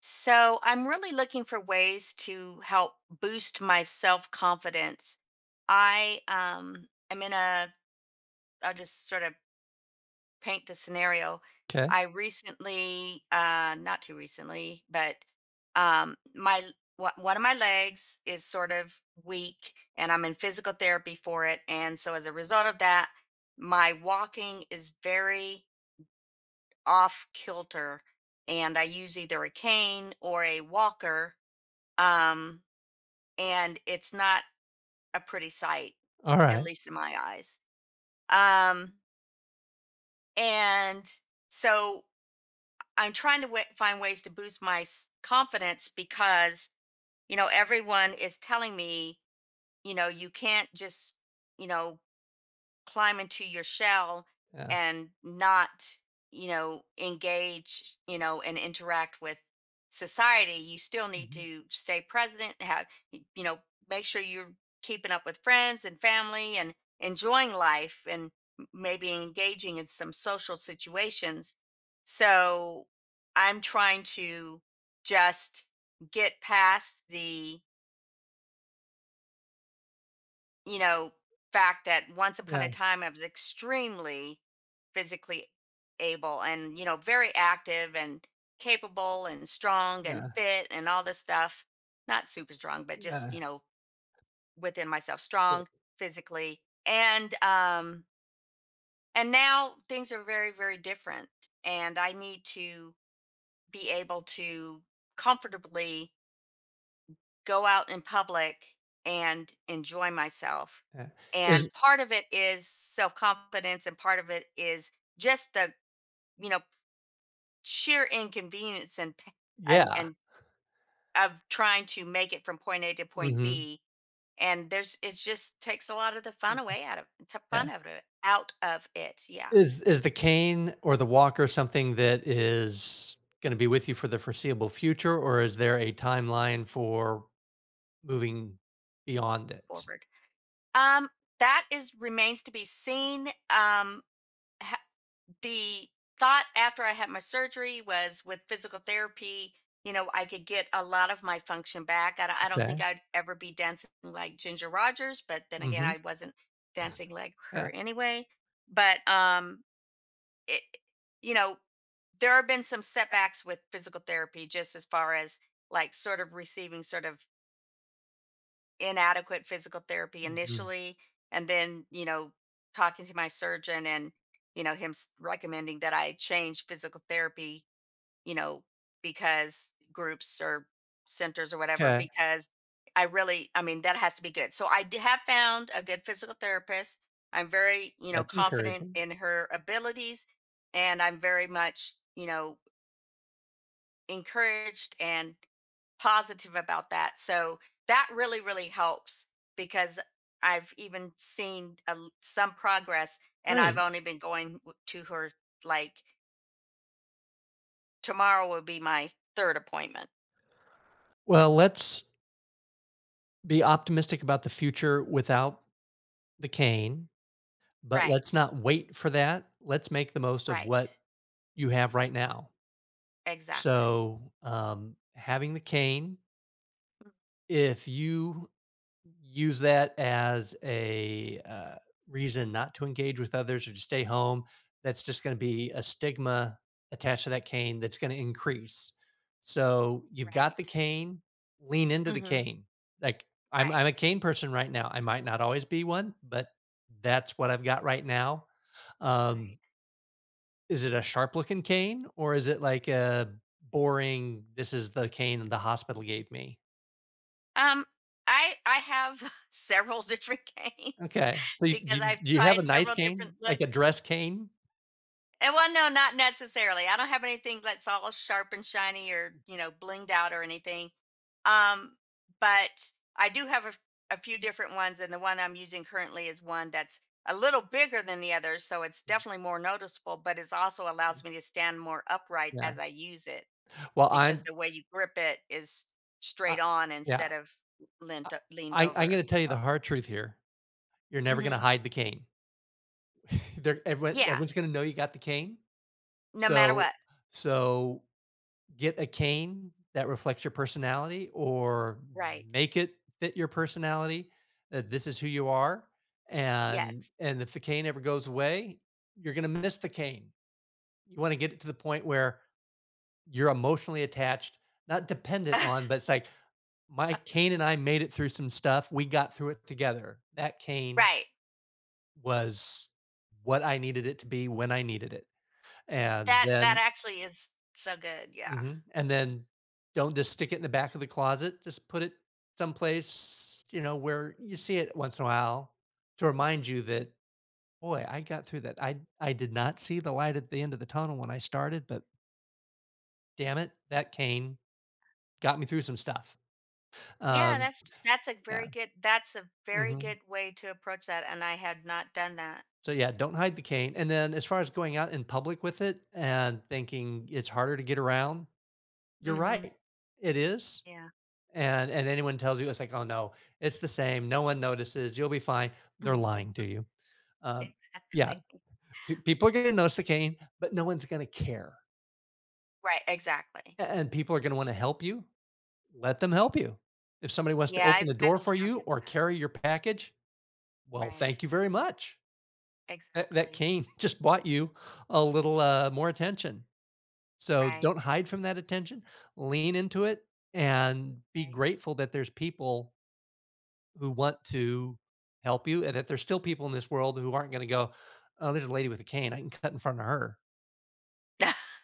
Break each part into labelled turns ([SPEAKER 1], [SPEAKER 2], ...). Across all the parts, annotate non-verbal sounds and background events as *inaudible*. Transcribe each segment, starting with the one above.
[SPEAKER 1] So I'm really looking for ways to help boost my self confidence. I am in a I'll just sort of paint the scenario.
[SPEAKER 2] 'Kay.
[SPEAKER 1] I recently not too recently, but my one one of my legs is sort of weak, and I'm in physical therapy for it. And so as a result of that my walking is very off kilter, and I use either a cane or a walker. Um, and it's not a pretty sight, at
[SPEAKER 2] Alright.
[SPEAKER 1] least in my eyes. Um, and so I'm trying to find ways to boost my confidence, because, everyone is telling me, you can't just, you know, climb into your shell
[SPEAKER 2] Yeah.
[SPEAKER 1] and not, engage, and interact with society. You still need
[SPEAKER 2] Mhm.
[SPEAKER 1] to stay present, have, y- you know make sure you're keeping up with friends and family and enjoying life, and maybe engaging in some social situations. So I'm trying to just get past the, you know, fact that once upon
[SPEAKER 2] Yeah,
[SPEAKER 1] a time I was extremely physically able and, you know, very active and capable and strong and
[SPEAKER 2] yeah,
[SPEAKER 1] fit and all this stuff. Not super strong, but just,
[SPEAKER 2] yeah,
[SPEAKER 1] you know, within myself,
[SPEAKER 2] yeah,
[SPEAKER 1] strong physically. And um and now things are very, very different. And I need to be able to comfortably go out in public and enjoy myself.
[SPEAKER 2] yeah. Is
[SPEAKER 1] And part of it is self-confidence, and part of it is just the, you know, sheer inconvenience and pa- and
[SPEAKER 2] Yeah.
[SPEAKER 1] and of trying to make it from point A to point
[SPEAKER 2] Mhm.
[SPEAKER 1] B. And there's, it just takes a lot of the fun away, out of t- fun
[SPEAKER 2] Yeah.
[SPEAKER 1] out of it out of it. Yeah.
[SPEAKER 2] Is the cane or the walker something that is gonna be with you for the foreseeable future, or is there a timeline for moving beyond it?
[SPEAKER 1] Forward. Um, that is, remains to be seen. H- the thought after I had my surgery was, with physical therapy, you know, I could get a lot of my function back. I don't think
[SPEAKER 2] Okay.
[SPEAKER 1] I'd ever be dancing like Ginger Rogers, but then again,
[SPEAKER 2] Mhm.
[SPEAKER 1] I wasn't dancing like her
[SPEAKER 2] Yeah.
[SPEAKER 1] anyway. But it, you know, there have been some setbacks with physical therapy, just as far as, like, sort of receiving sort of inadequate physical therapy
[SPEAKER 2] Mhm.
[SPEAKER 1] initially, and then, you know, talking to my surgeon and, you know, recommending that I change physical therapy, you know, because groups or centers or whatever.
[SPEAKER 2] 'Kay.
[SPEAKER 1] Because I really, I mean, that has to be good. So I have found a good physical therapist. I'm very, you know,
[SPEAKER 2] That's
[SPEAKER 1] confident
[SPEAKER 2] encouraging.
[SPEAKER 1] in her abilities, and I'm very much, you know, encouraged and positive about that. So that really, really helps, because I've even seen a l some progress, and I've
[SPEAKER 2] Great.
[SPEAKER 1] only been going w to her, like, tomorrow will be my 3rd appointment.
[SPEAKER 2] Well, let's be optimistic about the future without the cane. But let's
[SPEAKER 1] Right,
[SPEAKER 2] not wait for that. Let's make the most of what
[SPEAKER 1] right.
[SPEAKER 2] you have right now.
[SPEAKER 1] Exactly.
[SPEAKER 2] So, having the cane, if you use that as a reason not to engage with others or to stay home, that's just going to be a stigma attached to that cane that's going to increase. So, you've got the
[SPEAKER 1] Right.
[SPEAKER 2] cane, lean into the
[SPEAKER 1] Mhm.
[SPEAKER 2] cane. Like, I'm
[SPEAKER 1] Right,
[SPEAKER 2] a cane person right now. I might not always be one, but that's what I've got right now.
[SPEAKER 1] right.
[SPEAKER 2] Um, Is it a sharp looking cane or is it like a boring, "This is the cane the hospital gave me"?
[SPEAKER 1] Um, I have *laughs* several different *laughs* games,
[SPEAKER 2] Okay. So you do you
[SPEAKER 1] because I've
[SPEAKER 2] do you have a
[SPEAKER 1] tried
[SPEAKER 2] nice
[SPEAKER 1] several different
[SPEAKER 2] cane? Like
[SPEAKER 1] looks.
[SPEAKER 2] a dress cane?
[SPEAKER 1] And, well, no, not necessarily. I don't have anything that's all sharp and shiny or, you know, blinged out or anything. Um, but I do have a few different ones, and the one I'm using currently is one that's a little bigger than the others, so it's
[SPEAKER 2] Mm,
[SPEAKER 1] definitely more noticeable, but it also
[SPEAKER 2] yeah.
[SPEAKER 1] allows me to stand more upright
[SPEAKER 2] Yeah.
[SPEAKER 1] as I use it,
[SPEAKER 2] Well,
[SPEAKER 1] because the way you grip it is
[SPEAKER 2] uh,
[SPEAKER 1] straight on
[SPEAKER 2] yeah,
[SPEAKER 1] instead of
[SPEAKER 2] i
[SPEAKER 1] leaned
[SPEAKER 2] I I'm gonna
[SPEAKER 1] over.
[SPEAKER 2] tell you the
[SPEAKER 1] So,
[SPEAKER 2] hard truth here. You're never gonna
[SPEAKER 1] hmm,
[SPEAKER 2] hide the cane. *laughs* They're everyone
[SPEAKER 1] yeah,
[SPEAKER 2] everyone's gonna know you got the cane.
[SPEAKER 1] no matter
[SPEAKER 2] So
[SPEAKER 1] what.
[SPEAKER 2] so get a cane that reflects your personality or
[SPEAKER 1] Right.
[SPEAKER 2] make it fit your personality, that this is who you are, and
[SPEAKER 1] Yes.
[SPEAKER 2] if the cane ever goes away, you're going to miss the cane. You want to get it to the point where you're emotionally attached, not dependent on,
[SPEAKER 1] *laughs*
[SPEAKER 2] but it's like my cane and I made it through some stuff. We got through it together. That cane
[SPEAKER 1] Right.
[SPEAKER 2] was what I needed it to be when I needed it. And
[SPEAKER 1] That that
[SPEAKER 2] then
[SPEAKER 1] actually is so good, yeah.
[SPEAKER 2] mhm, and then don't just stick it in the back of the closet, just put it someplace, you know, where you see it once in a while to remind you that, "Boy, I got through that. I did not see the light at the end of the tunnel when I started, but damn it, that cane got me through some stuff."
[SPEAKER 1] Yeah,
[SPEAKER 2] Um,
[SPEAKER 1] that's
[SPEAKER 2] yeah,
[SPEAKER 1] that's a very
[SPEAKER 2] mhm.
[SPEAKER 1] good way to approach that, and I had not done that.
[SPEAKER 2] So, yeah, don't hide the cane, and then as far as going out in public with it and thinking it's harder to get around, you're
[SPEAKER 1] Mhm.
[SPEAKER 2] right. It is.
[SPEAKER 1] Yeah.
[SPEAKER 2] And anyone tells you it's like, oh no, it's the same, no one notices, you'll be fine, they're
[SPEAKER 1] Mm.
[SPEAKER 2] lying to you. uh, yeah,
[SPEAKER 1] Exactly. *laughs*
[SPEAKER 2] people are going to notice the cane, but no one's going to care.
[SPEAKER 1] Right, exactly.
[SPEAKER 2] And people are going to want to help you, let them help
[SPEAKER 1] Right.
[SPEAKER 2] you. If somebody wants to
[SPEAKER 1] Yeah,
[SPEAKER 2] open the
[SPEAKER 1] I've
[SPEAKER 2] door for you
[SPEAKER 1] encountered
[SPEAKER 2] or
[SPEAKER 1] that.
[SPEAKER 2] carry your package, well,
[SPEAKER 1] Right.
[SPEAKER 2] thank you very much. That
[SPEAKER 1] Exactly.
[SPEAKER 2] cane *laughs* just bought you a little more attention, so don't
[SPEAKER 1] Right.
[SPEAKER 2] hide from that attention, lean into it, and be
[SPEAKER 1] Right.
[SPEAKER 2] grateful that there's people who want to help you, and that there's still people in this world who aren't gonna go, "Oh, there's a lady with a cane, I can cut in front of her."
[SPEAKER 1] *laughs*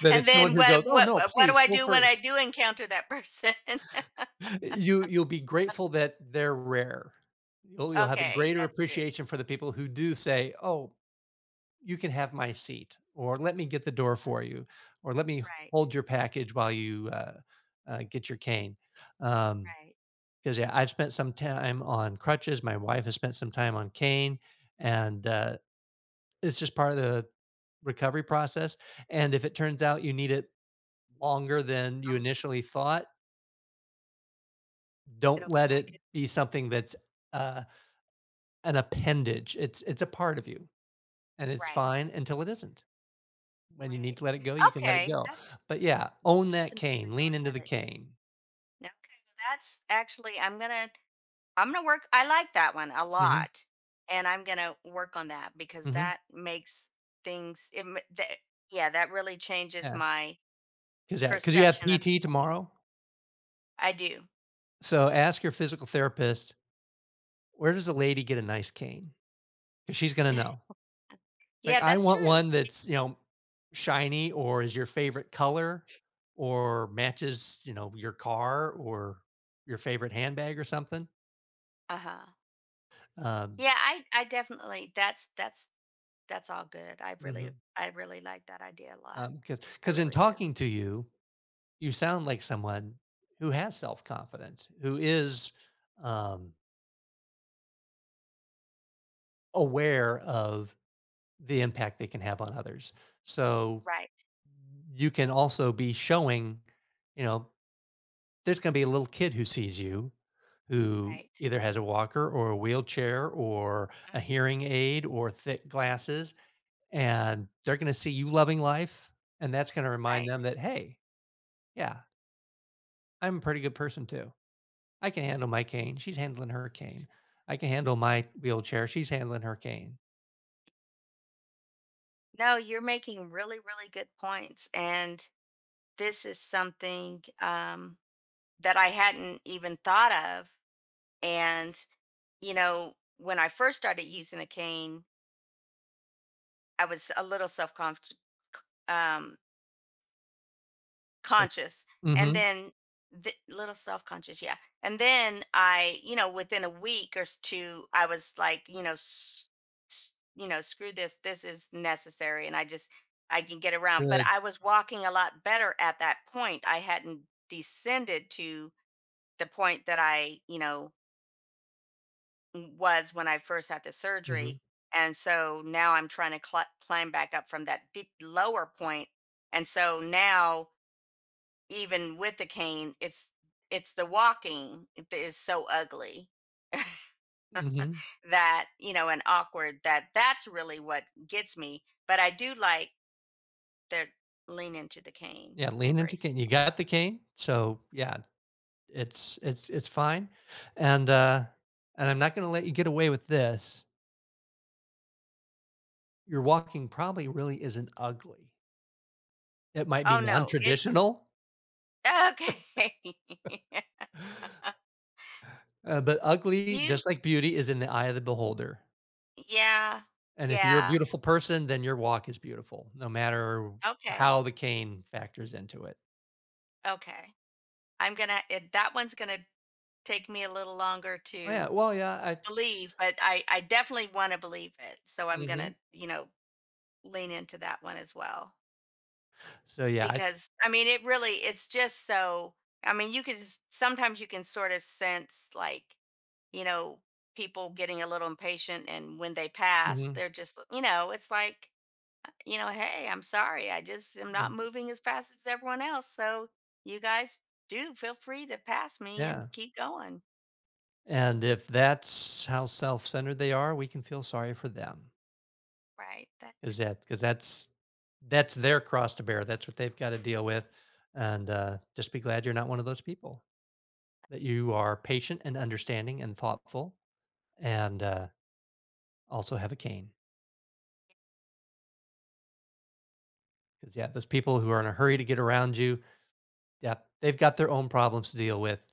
[SPEAKER 2] That
[SPEAKER 1] And
[SPEAKER 2] it's someone
[SPEAKER 1] then
[SPEAKER 2] who goes, "Oh, no,
[SPEAKER 1] what do
[SPEAKER 2] please
[SPEAKER 1] I
[SPEAKER 2] go
[SPEAKER 1] do when
[SPEAKER 2] first."
[SPEAKER 1] I do encounter that person? *laughs*
[SPEAKER 2] You'll be grateful that they're rare. You'll have a
[SPEAKER 1] Okay,
[SPEAKER 2] greater
[SPEAKER 1] that's true.
[SPEAKER 2] appreciation for the people who do say, "Oh, you can have my seat," or "Let me get the door for you," or "Let me
[SPEAKER 1] Right,
[SPEAKER 2] hold your package while you, get your cane." Um,
[SPEAKER 1] right.
[SPEAKER 2] Because yeah, I've spent some time on crutches, my wife has spent some time on cane, and, uh, it's just part of the recovery process, and if it turns out you need it longer than you
[SPEAKER 1] Um,
[SPEAKER 2] initially thought, don't
[SPEAKER 1] it'll be
[SPEAKER 2] let
[SPEAKER 1] my
[SPEAKER 2] it
[SPEAKER 1] good.
[SPEAKER 2] be something that's, uh, an appendage. It's a part of you, and it's
[SPEAKER 1] Right,
[SPEAKER 2] fine until it isn't. When you need
[SPEAKER 1] right.
[SPEAKER 2] to let it go, you can let it
[SPEAKER 1] Okay,
[SPEAKER 2] go.
[SPEAKER 1] that's,
[SPEAKER 2] But yeah, own
[SPEAKER 1] it's
[SPEAKER 2] that
[SPEAKER 1] a new way
[SPEAKER 2] cane,
[SPEAKER 1] to
[SPEAKER 2] lean
[SPEAKER 1] look
[SPEAKER 2] into the
[SPEAKER 1] at it.
[SPEAKER 2] cane.
[SPEAKER 1] No, okay, well, that's actually, I'm gonna work I like that one a
[SPEAKER 2] Mhm,
[SPEAKER 1] lot, and I'm gonna work on that, because
[SPEAKER 2] mhm,
[SPEAKER 1] that makes things it ma that yeah, that really changes
[SPEAKER 2] yeah,
[SPEAKER 1] my
[SPEAKER 2] yeah, 'cause you have
[SPEAKER 1] perception of the
[SPEAKER 2] PT
[SPEAKER 1] game.
[SPEAKER 2] tomorrow,
[SPEAKER 1] I do.
[SPEAKER 2] so ask your physical therapist, "Where does a lady get a nice cane, because she's gonna know.
[SPEAKER 1] *laughs*
[SPEAKER 2] It's like,
[SPEAKER 1] Yeah,
[SPEAKER 2] I
[SPEAKER 1] that's
[SPEAKER 2] want
[SPEAKER 1] true.
[SPEAKER 2] one that's, you know, shiny or is your favorite color or matches, you know, your car or your favorite handbag or something.
[SPEAKER 1] Uh-huh.
[SPEAKER 2] Um,
[SPEAKER 1] Yeah, I definitely, that's all good.
[SPEAKER 2] because
[SPEAKER 1] I really like that idea a lot.
[SPEAKER 2] 'cause
[SPEAKER 1] I
[SPEAKER 2] 'cause in
[SPEAKER 1] really do.
[SPEAKER 2] talking to you, you sound like someone who has self-confidence, who is, um, aware of the impact they can have on others. So,
[SPEAKER 1] Right,
[SPEAKER 2] you can also be showing, you know, there's going to be a little kid who sees you who
[SPEAKER 1] right.
[SPEAKER 2] either has a walker or a wheelchair or a
[SPEAKER 1] Mhm,
[SPEAKER 2] hearing aid or thick glasses, and they're going to see you loving life, and that's going to remind
[SPEAKER 1] right.
[SPEAKER 2] them that, hey, yeah, I'm a pretty good person too. I can handle my cane, she's handling her cane. I can handle my wheelchair, she's handling her cane.
[SPEAKER 1] No, you're making really, really good points, and this is something, that I hadn't even thought of. And, you know, when I first started using a cane, I was a little self, um,
[SPEAKER 2] Like
[SPEAKER 1] conscious. And
[SPEAKER 2] mm-hmm.
[SPEAKER 1] then, little self conscious, yeah. And then I, you know, within a week or two, I was like, you know, you know, screw this. This is necessary. And I just, I can get around. But
[SPEAKER 2] Good.
[SPEAKER 1] I was walking a lot better at that point. I hadn't descended to the point that I, you know, was when I first had the
[SPEAKER 2] Mm-hmm.
[SPEAKER 1] surgery. And so now I'm trying to climb back up from that deep lower point. And so now, even with the cane, it's the walking that is so ugly,
[SPEAKER 2] Mm-hmm.
[SPEAKER 1] that, you know, and awkward, that that's really what gets me. But I do like the lean into the cane,
[SPEAKER 2] Yeah, lean into
[SPEAKER 1] embrace.
[SPEAKER 2] cane, you got the cane, so yeah. It's fine, and, uh, and I'm not gonna let you get away with this. Your walking probably really isn't ugly. It might be
[SPEAKER 1] Oh no, it's
[SPEAKER 2] non-traditional,
[SPEAKER 1] okay. *laughs*
[SPEAKER 2] but ugly,
[SPEAKER 1] you,
[SPEAKER 2] just like beauty, is in the eye of the beholder,
[SPEAKER 1] yeah,
[SPEAKER 2] and if you're a
[SPEAKER 1] yeah,
[SPEAKER 2] beautiful person, then your walk is beautiful, no matter how
[SPEAKER 1] okay.
[SPEAKER 2] the cane factors into it.
[SPEAKER 1] Okay. That one's gonna take me a little longer
[SPEAKER 2] Oh, yeah.
[SPEAKER 1] to
[SPEAKER 2] Well, yeah, I
[SPEAKER 1] believe, but I definitely want to believe it. So I'm
[SPEAKER 2] mhm.
[SPEAKER 1] gonna, you know, lean into that one as well,
[SPEAKER 2] So, yeah, I
[SPEAKER 1] because I mean it really, it's just so, I mean you could just sometimes, you can sort of sense, like, you know, people getting a little impatient, and when they pass,
[SPEAKER 2] mhm,
[SPEAKER 1] they're just, you know, it's like, you know, hey, I'm sorry. I just am
[SPEAKER 2] yeah,
[SPEAKER 1] not moving as fast as everyone else. So you guys do feel free to pass me and
[SPEAKER 2] yeah,
[SPEAKER 1] keep going.
[SPEAKER 2] and if that's how self-centered they are, we can feel sorry for them.
[SPEAKER 1] Right. That,
[SPEAKER 2] Is that Because that's their cross to bear. That's what they've got to deal with, and just be glad you're not one of those people. That you are patient and understanding and thoughtful, and also have a cane. Because yeah, those people who are in a hurry to get around you, yeah, they've got their own problems to deal with,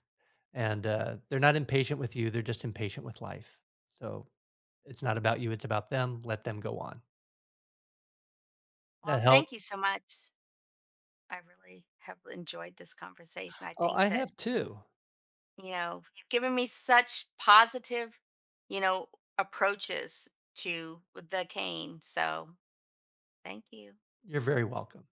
[SPEAKER 2] and they're not impatient with you. They're just impatient with life. So it's not about you. It's about them. Let them go on.
[SPEAKER 1] well,
[SPEAKER 2] That help.
[SPEAKER 1] thank you so much. I really have enjoyed this conversation. I
[SPEAKER 2] Oh,
[SPEAKER 1] think
[SPEAKER 2] I
[SPEAKER 1] that,
[SPEAKER 2] have two.
[SPEAKER 1] you know, you've given me such positive, you know, approaches to the cane. So thank you.
[SPEAKER 2] You're very welcome.